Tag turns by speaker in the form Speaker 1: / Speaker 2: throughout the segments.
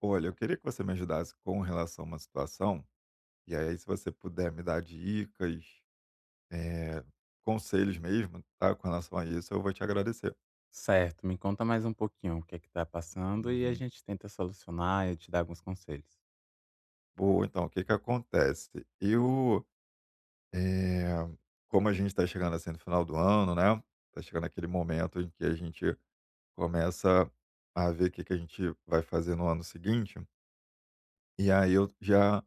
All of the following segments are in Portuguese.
Speaker 1: Olha, eu queria que você me ajudasse com relação a uma situação, e aí se você puder me dar dicas, eh, conselhos mesmo, tá, com relação a isso, eu vou te agradecer.
Speaker 2: Certo, me conta mais um pouquinho o que é que tá passando e a
Speaker 1: Uhum.
Speaker 2: gente tenta solucionar, e eu te dar alguns conselhos.
Speaker 1: Boa, então, o que que acontece? Eu, eh, Como a gente está chegando, assim, no final do ano, né, tá chegando aquele momento em que a gente começa a ver o que que a gente vai fazer no ano seguinte, e aí eu já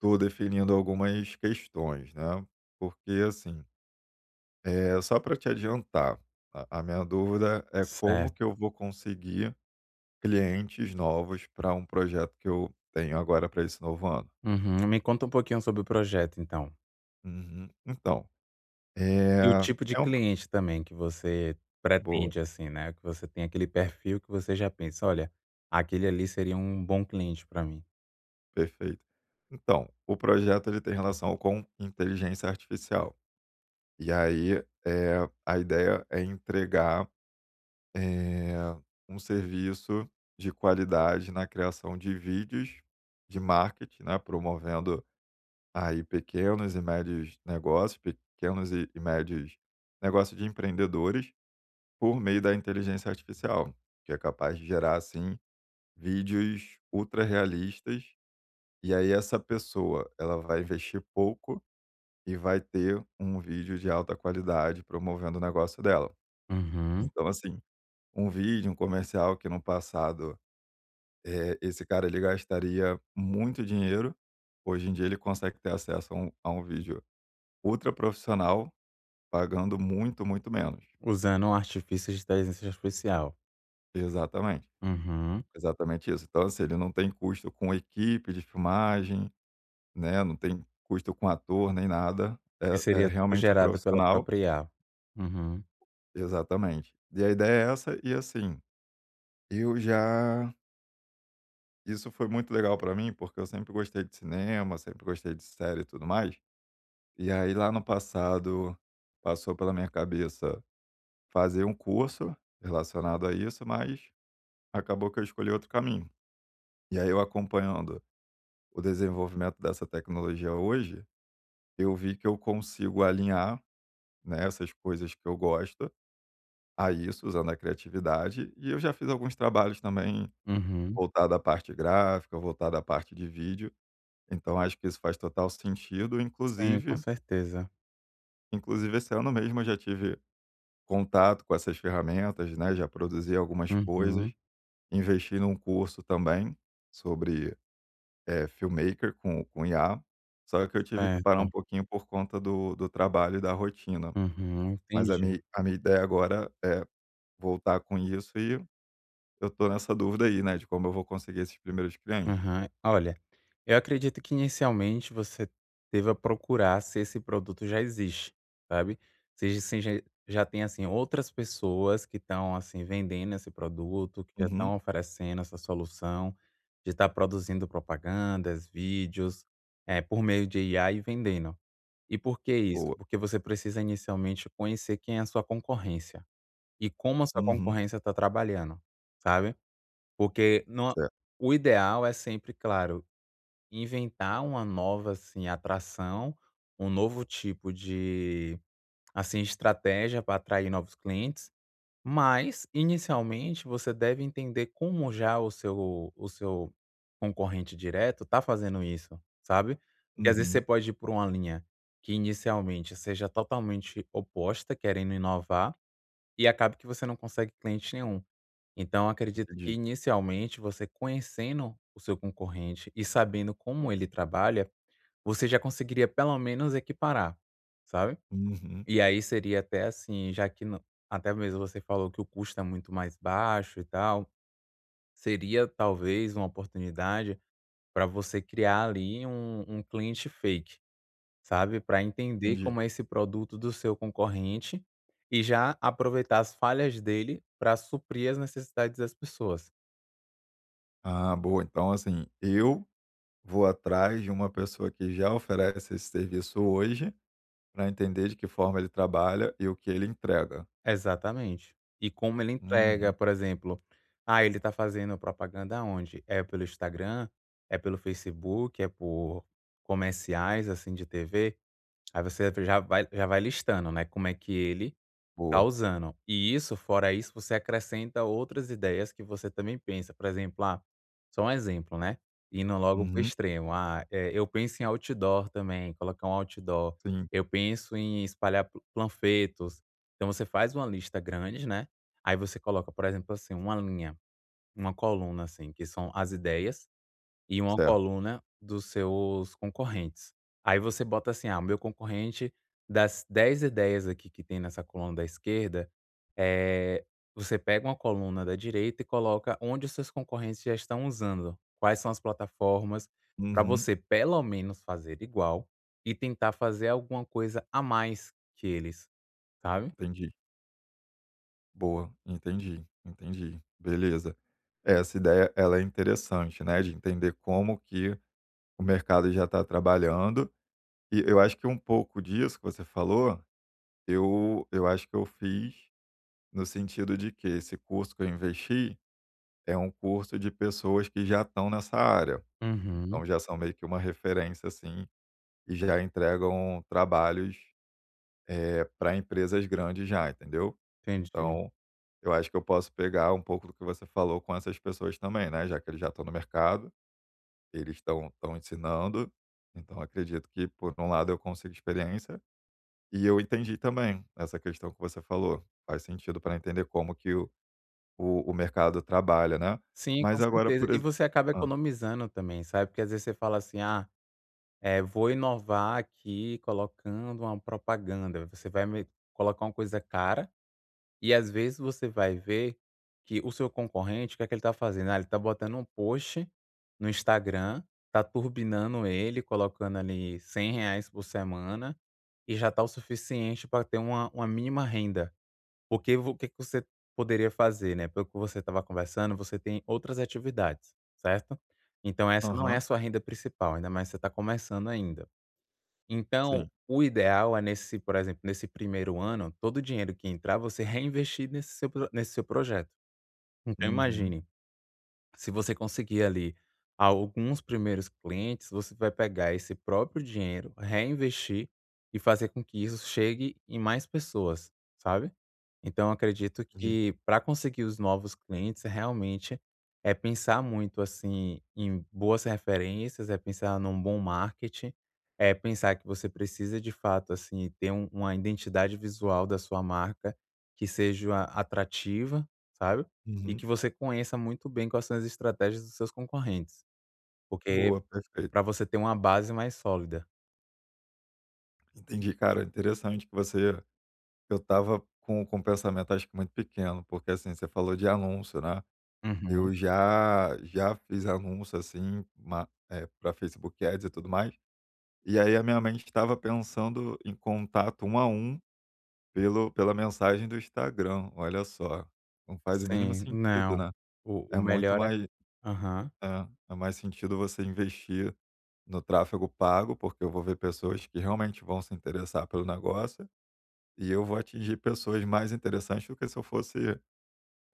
Speaker 1: tô definindo algumas questões, né, porque, assim. É, só para te adiantar, a minha dúvida é como que
Speaker 2: Certo.
Speaker 1: eu vou conseguir clientes novos para um projeto que eu tenho agora para esse novo ano.
Speaker 2: Uhum. Me conta um pouquinho sobre o projeto, então.
Speaker 1: Uhum. Então,
Speaker 2: E o tipo de
Speaker 1: é um pro,
Speaker 2: cliente também que você
Speaker 1: boa,
Speaker 2: pretende, assim, né, que você tem aquele perfil que você já pensa: "Olha, aquele ali seria um bom cliente para mim".
Speaker 1: perfeito. Então, o projeto ele tem relação com inteligência artificial. E aí, é, a ideia é entregar, eh, um serviço de qualidade na criação de vídeos de marketing, né, promovendo. Aí pequenos e médios negócios, pequenos e médios negócios de empreendedores, por meio da inteligência artificial, que é capaz de gerar, assim, vídeos ultra-realistas, e aí essa pessoa, ela vai investir pouco e vai ter um vídeo de alta qualidade promovendo o negócio dela.
Speaker 2: Uhum.
Speaker 1: Então, assim, um vídeo, um comercial que no passado, esse cara ele gastaria muito dinheiro, hoje em dia ele consegue ter acesso a um vídeo ultraprofissional, pagando muito, muito menos.
Speaker 2: Usando artifícios de inteligência artificial.
Speaker 1: Exatamente,
Speaker 2: Uhum.
Speaker 1: exatamente isso. Então, assim, ele não tem custo com equipe de filmagem, né, não tem custo com ator nem nada,
Speaker 2: E
Speaker 1: é,
Speaker 2: seria tudo
Speaker 1: realmente um
Speaker 2: gerado pela
Speaker 1: profissional,
Speaker 2: própria IA. Uhum.
Speaker 1: exatamente. E a ideia é essa e, assim, eu já, isso foi muito legal para mim, porque eu sempre gostei de cinema, sempre gostei de série e tudo mais, e aí lá no passado passou pela minha cabeça fazer um curso relacionado a isso, mas acabou que eu escolhi outro caminho. E aí eu acompanhando o desenvolvimento dessa tecnologia hoje, eu vi que eu consigo alinhar, né, essas coisas que eu gosto a isso, usando a criatividade. E eu já fiz alguns trabalhos também
Speaker 2: Uhum.
Speaker 1: voltado à parte gráfica, voltado à parte de vídeo. Então acho que isso faz total sentido.
Speaker 2: Sim, com
Speaker 1: Inclusive,
Speaker 2: certeza.
Speaker 1: inclusive esse ano mesmo eu já tive contato com essas ferramentas, né? Já produzi algumas coisas,
Speaker 2: Uhum.
Speaker 1: investi num curso também sobre, é, filmmaker com IA, só que eu tive que parar
Speaker 2: Certo.
Speaker 1: um pouquinho por conta do trabalho e da rotina.
Speaker 2: Uhum,
Speaker 1: Mas a
Speaker 2: entendi.
Speaker 1: minha a minha ideia agora é voltar com isso e eu tô nessa dúvida aí, né, de como eu vou conseguir esses primeiros clientes.
Speaker 2: Aham. Olha, eu acredito que inicialmente você deva procurar se esse produto já existe, sabe? Se já tem, assim, outras pessoas que estão, assim, vendendo esse produto, que já
Speaker 1: Uhum,
Speaker 2: estão oferecendo essa solução de estar produzindo propagandas, vídeos, é por meio de IA e vendendo. E por que isso?
Speaker 1: boa.
Speaker 2: Porque você precisa inicialmente conhecer quem é a sua concorrência e como a sua
Speaker 1: Uhum,
Speaker 2: concorrência está trabalhando, sabe? Porque não.
Speaker 1: certo.
Speaker 2: O ideal é sempre, claro, inventar uma nova, assim, atração, um novo tipo de, assim, estratégia para atrair novos clientes, mas inicialmente você deve entender como já o seu concorrente direto está fazendo isso, sabe. E às vezes você
Speaker 1: Uhum,
Speaker 2: pode ir por uma linha que inicialmente seja totalmente oposta, querendo inovar, e acabe que você não consegue cliente nenhum. Então acredito que
Speaker 1: entendi.
Speaker 2: inicialmente você conhecendo o seu concorrente e sabendo como ele trabalha, você já conseguiria pelo menos equiparar, sabe.
Speaker 1: Uhum,
Speaker 2: E aí seria até assim, já que no até mesmo você falou que o custo é muito mais baixo e tal, seria talvez uma oportunidade para você criar ali um cliente fake, sabe, para entender
Speaker 1: entendi.
Speaker 2: como é esse produto do seu concorrente, e já aproveitar as falhas dele para suprir as necessidades das pessoas.
Speaker 1: Ah, boa. Então, assim, eu vou atrás de uma pessoa que já oferece esse serviço hoje, para entender de que forma ele trabalha e o que ele entrega.
Speaker 2: Exatamente. E como ele entrega,
Speaker 1: Uhum,
Speaker 2: por exemplo, ah, ele tá fazendo propaganda onde? É pelo Instagram? É pelo Facebook? É por comerciais, assim, de TV? Aí você já vai listando, né, como é que ele
Speaker 1: boa.
Speaker 2: causando. E isso, fora isso, você acrescenta outras ideias que você também pensa, por exemplo, ah, só um exemplo, né, indo logo para o
Speaker 1: Uhum,
Speaker 2: extremo, ah, eu penso em outdoor também, colocar um outdoor,
Speaker 1: sim.
Speaker 2: eu penso em espalhar pa panfletos. Então você faz uma lista grande, né, aí você coloca, por exemplo, assim, uma linha, uma coluna, assim, que são as ideias e uma
Speaker 1: Certo.
Speaker 2: coluna dos seus concorrentes. Aí você bota assim: "Ah, o meu concorrente, das 10 ideias aqui que tem nessa coluna da esquerda, eh", você pega uma coluna da direita e coloca onde os seus concorrentes já estão usando, quais são as plataformas, para
Speaker 1: Uhum,
Speaker 2: você pelo menos fazer igual e tentar fazer alguma coisa a mais que eles, sabe.
Speaker 1: entendi. Boa, entendi, entendi. Beleza. É, essa ideia ela é interessante, né, de entender como que o mercado já está trabalhando. E eu acho que um pouco disso que você falou, eu acho que eu fiz no sentido de que esse curso que eu investi é um curso de pessoas que já estão nessa área.
Speaker 2: Uhum,
Speaker 1: Então já são meio que uma referência, assim, e já entregam trabalhos, é para empresas grandes já, entendeu?
Speaker 2: entendi.
Speaker 1: Então eu acho que eu posso pegar um pouco do que você falou com essas pessoas também, né, já que eles já estão no mercado, eles estão ensinando, então acredito que por um lado eu consigo experiência, e eu entendi também essa questão que você falou, faz sentido para entender como que o o mercado trabalha, né.
Speaker 2: Sim, com
Speaker 1: Mas agora
Speaker 2: certeza.
Speaker 1: por
Speaker 2: E
Speaker 1: exemplo,
Speaker 2: você acaba
Speaker 1: hã,
Speaker 2: economizando também, sabe, porque às vezes você fala assim: "Ah". É, vou inovar aqui colocando uma propaganda. Você vai me colocar uma coisa cara e às vezes você vai ver que o seu concorrente, o que é que ele está fazendo? Ah, ele está botando um post no Instagram, está turbinando ele, colocando ali R$ 100 por semana e já está o suficiente para ter uma mínima renda. Porque o que você poderia fazer, né? Pelo que você estava conversando, você tem outras atividades, certo? Então essa não é
Speaker 1: aham,
Speaker 2: a sua renda principal, ainda mais você está começando ainda. Então,
Speaker 1: sim.
Speaker 2: o ideal é nesse, por exemplo, nesse primeiro ano, todo o dinheiro que entrar, você reinvestir nesse seu projeto. Então,
Speaker 1: Uhum,
Speaker 2: imagine se você conseguir ali alguns primeiros clientes, você vai pegar esse próprio dinheiro, reinvestir e fazer com que isso chegue em mais pessoas, sabe? Então, eu acredito
Speaker 1: entendi.
Speaker 2: que para conseguir os novos clientes, realmente é pensar muito assim em boas referências, é pensar num bom marketing, é pensar que você precisa de fato assim ter uma identidade visual da sua marca que seja atrativa, sabe? E que
Speaker 1: Uhum.
Speaker 2: você conheça muito bem quais são as estratégias dos seus concorrentes, porque
Speaker 1: Boa, perfeito.
Speaker 2: para você ter uma base mais sólida.
Speaker 1: Entendi, cara, interessante que você, eu estava com um pensamento acho que muito pequeno, porque assim, você falou de anúncio, né.
Speaker 2: Uhum.
Speaker 1: Eu já fiz anúncio, assim, ma pra Facebook Ads e tudo mais, e aí a minha mente estava pensando em contato um a um pelo pela mensagem do Instagram, olha só. Não faz o mínimo
Speaker 2: Sim,
Speaker 1: sentido,
Speaker 2: não.
Speaker 1: né.
Speaker 2: O
Speaker 1: É muito
Speaker 2: melhor é
Speaker 1: mais,
Speaker 2: aham,
Speaker 1: é, é mais sentido você investir no tráfego pago, porque eu vou ver pessoas que realmente vão se interessar pelo negócio, e eu vou atingir pessoas mais interessantes do que se eu fosse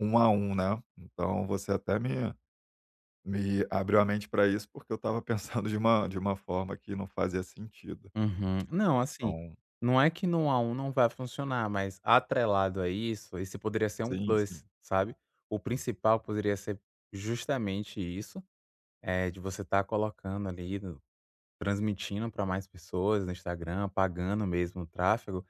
Speaker 1: um a um, né. Então você até me, me abriu a mente para isso, porque eu estava pensando de uma forma que não fazia sentido.
Speaker 2: uhum. Não, assim,
Speaker 1: Então
Speaker 2: não é que no a um não vai funcionar, mas atrelado a isso, esse poderia ser um
Speaker 1: sim, sim.
Speaker 2: plus, sabe. O principal poderia ser justamente isso, de você estar colocando ali, transmitindo para mais pessoas no Instagram, pagando mesmo o tráfego,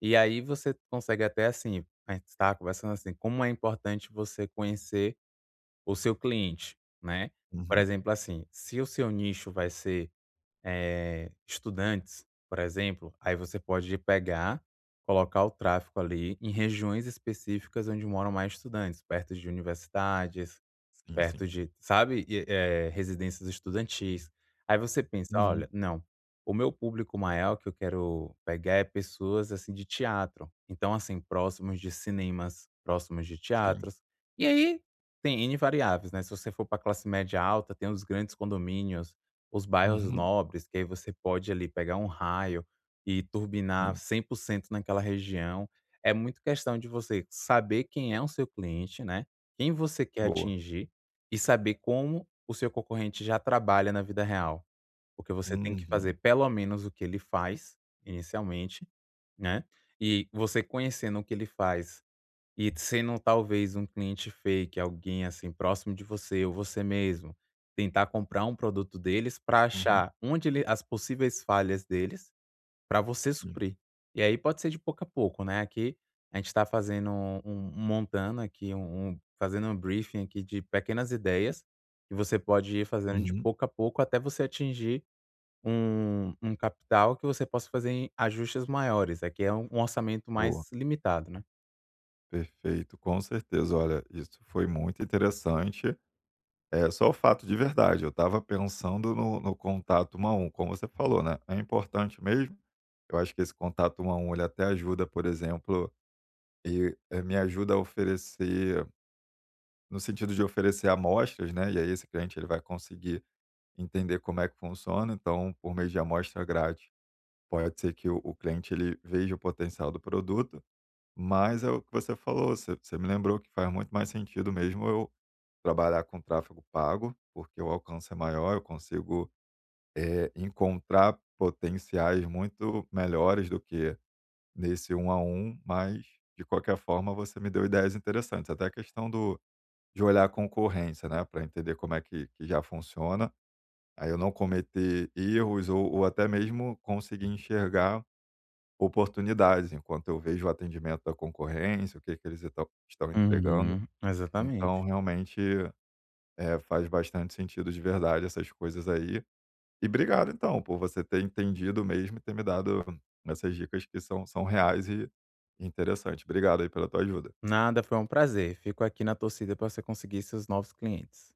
Speaker 2: e aí você consegue até, assim, a gente estava conversando, assim, como é importante você conhecer o seu cliente, né. Por
Speaker 1: Uhum.
Speaker 2: exemplo, assim, se o seu nicho vai ser, estudantes, por exemplo, aí você pode pegar, colocar o tráfego ali em regiões específicas onde moram mais estudantes, perto de universidades,
Speaker 1: Sim, sim.
Speaker 2: perto de, sabe, e, residências estudantis. Aí você pensa: "Olha,
Speaker 1: Uhum.
Speaker 2: não, o meu público maior que eu quero pegar é pessoas, assim, de teatro". Então, assim, próximos de cinemas, próximos de
Speaker 1: Sim.
Speaker 2: teatros. E aí tem N variáveis, né, se você for para classe média alta, tem os grandes condomínios, os bairros
Speaker 1: Uhum.
Speaker 2: nobres, que aí você pode ali pegar um raio e turbinar
Speaker 1: Sim.
Speaker 2: 100% naquela região. É muito questão de você saber quem é o seu cliente, né, quem você quer
Speaker 1: Boa.
Speaker 2: atingir e saber como o seu concorrente já trabalha na vida real, porque você tem que
Speaker 1: Uhum.
Speaker 2: fazer pelo menos o que ele faz, inicialmente, né, e você conhecendo o que ele faz e sendo talvez um cliente fake, alguém, assim, próximo de você ou você mesmo, tentar comprar um produto deles para
Speaker 1: Uhum.
Speaker 2: achar onde ele as possíveis falhas deles para você
Speaker 1: Sim.
Speaker 2: suprir. E aí pode ser de pouco a pouco, né, aqui a gente está fazendo um montando aqui um fazendo um briefing aqui de pequenas ideias, que você pode ir fazendo de
Speaker 1: Uhum.
Speaker 2: pouco a pouco até você atingir um capital que você possa fazer em ajustes maiores, aqui é um orçamento
Speaker 1: Boa.
Speaker 2: mais limitado, né.
Speaker 1: Perfeito, com certeza. Olha, isso foi muito interessante. É, só o fato de verdade, eu estava pensando no contato 1 a 1, como você falou, né, é importante mesmo. Eu acho que esse contato 1 a 1, ele até ajuda, por exemplo, me ajuda a oferecer, no sentido de oferecer amostras, né, e aí esse cliente ele vai conseguir entender como é que funciona, então por meio de amostra grátis, pode ser que o cliente ele veja o potencial do produto, mas é o que você falou, você, me lembrou que faz muito mais sentido mesmo eu trabalhar com tráfego pago, porque o alcance é maior, eu consigo, encontrar potenciais muito melhores do que nesse um a um, mas de qualquer forma você me deu ideias interessantes, até a questão do, de olhar a concorrência, né, para entender como é que já funciona, aí eu não cometer erros ou até mesmo conseguir enxergar oportunidades, enquanto eu vejo o atendimento da concorrência, o que que eles estão entregando.
Speaker 2: Uhum, exatamente.
Speaker 1: Então realmente, faz bastante sentido de verdade essas coisas aí. E obrigado então por você ter entendido mesmo e ter me dado essas dicas que são reais e interessante. Obrigado aí pela tua ajuda.
Speaker 2: Nada, foi um prazer, fico aqui na torcida para você conseguir seus novos clientes.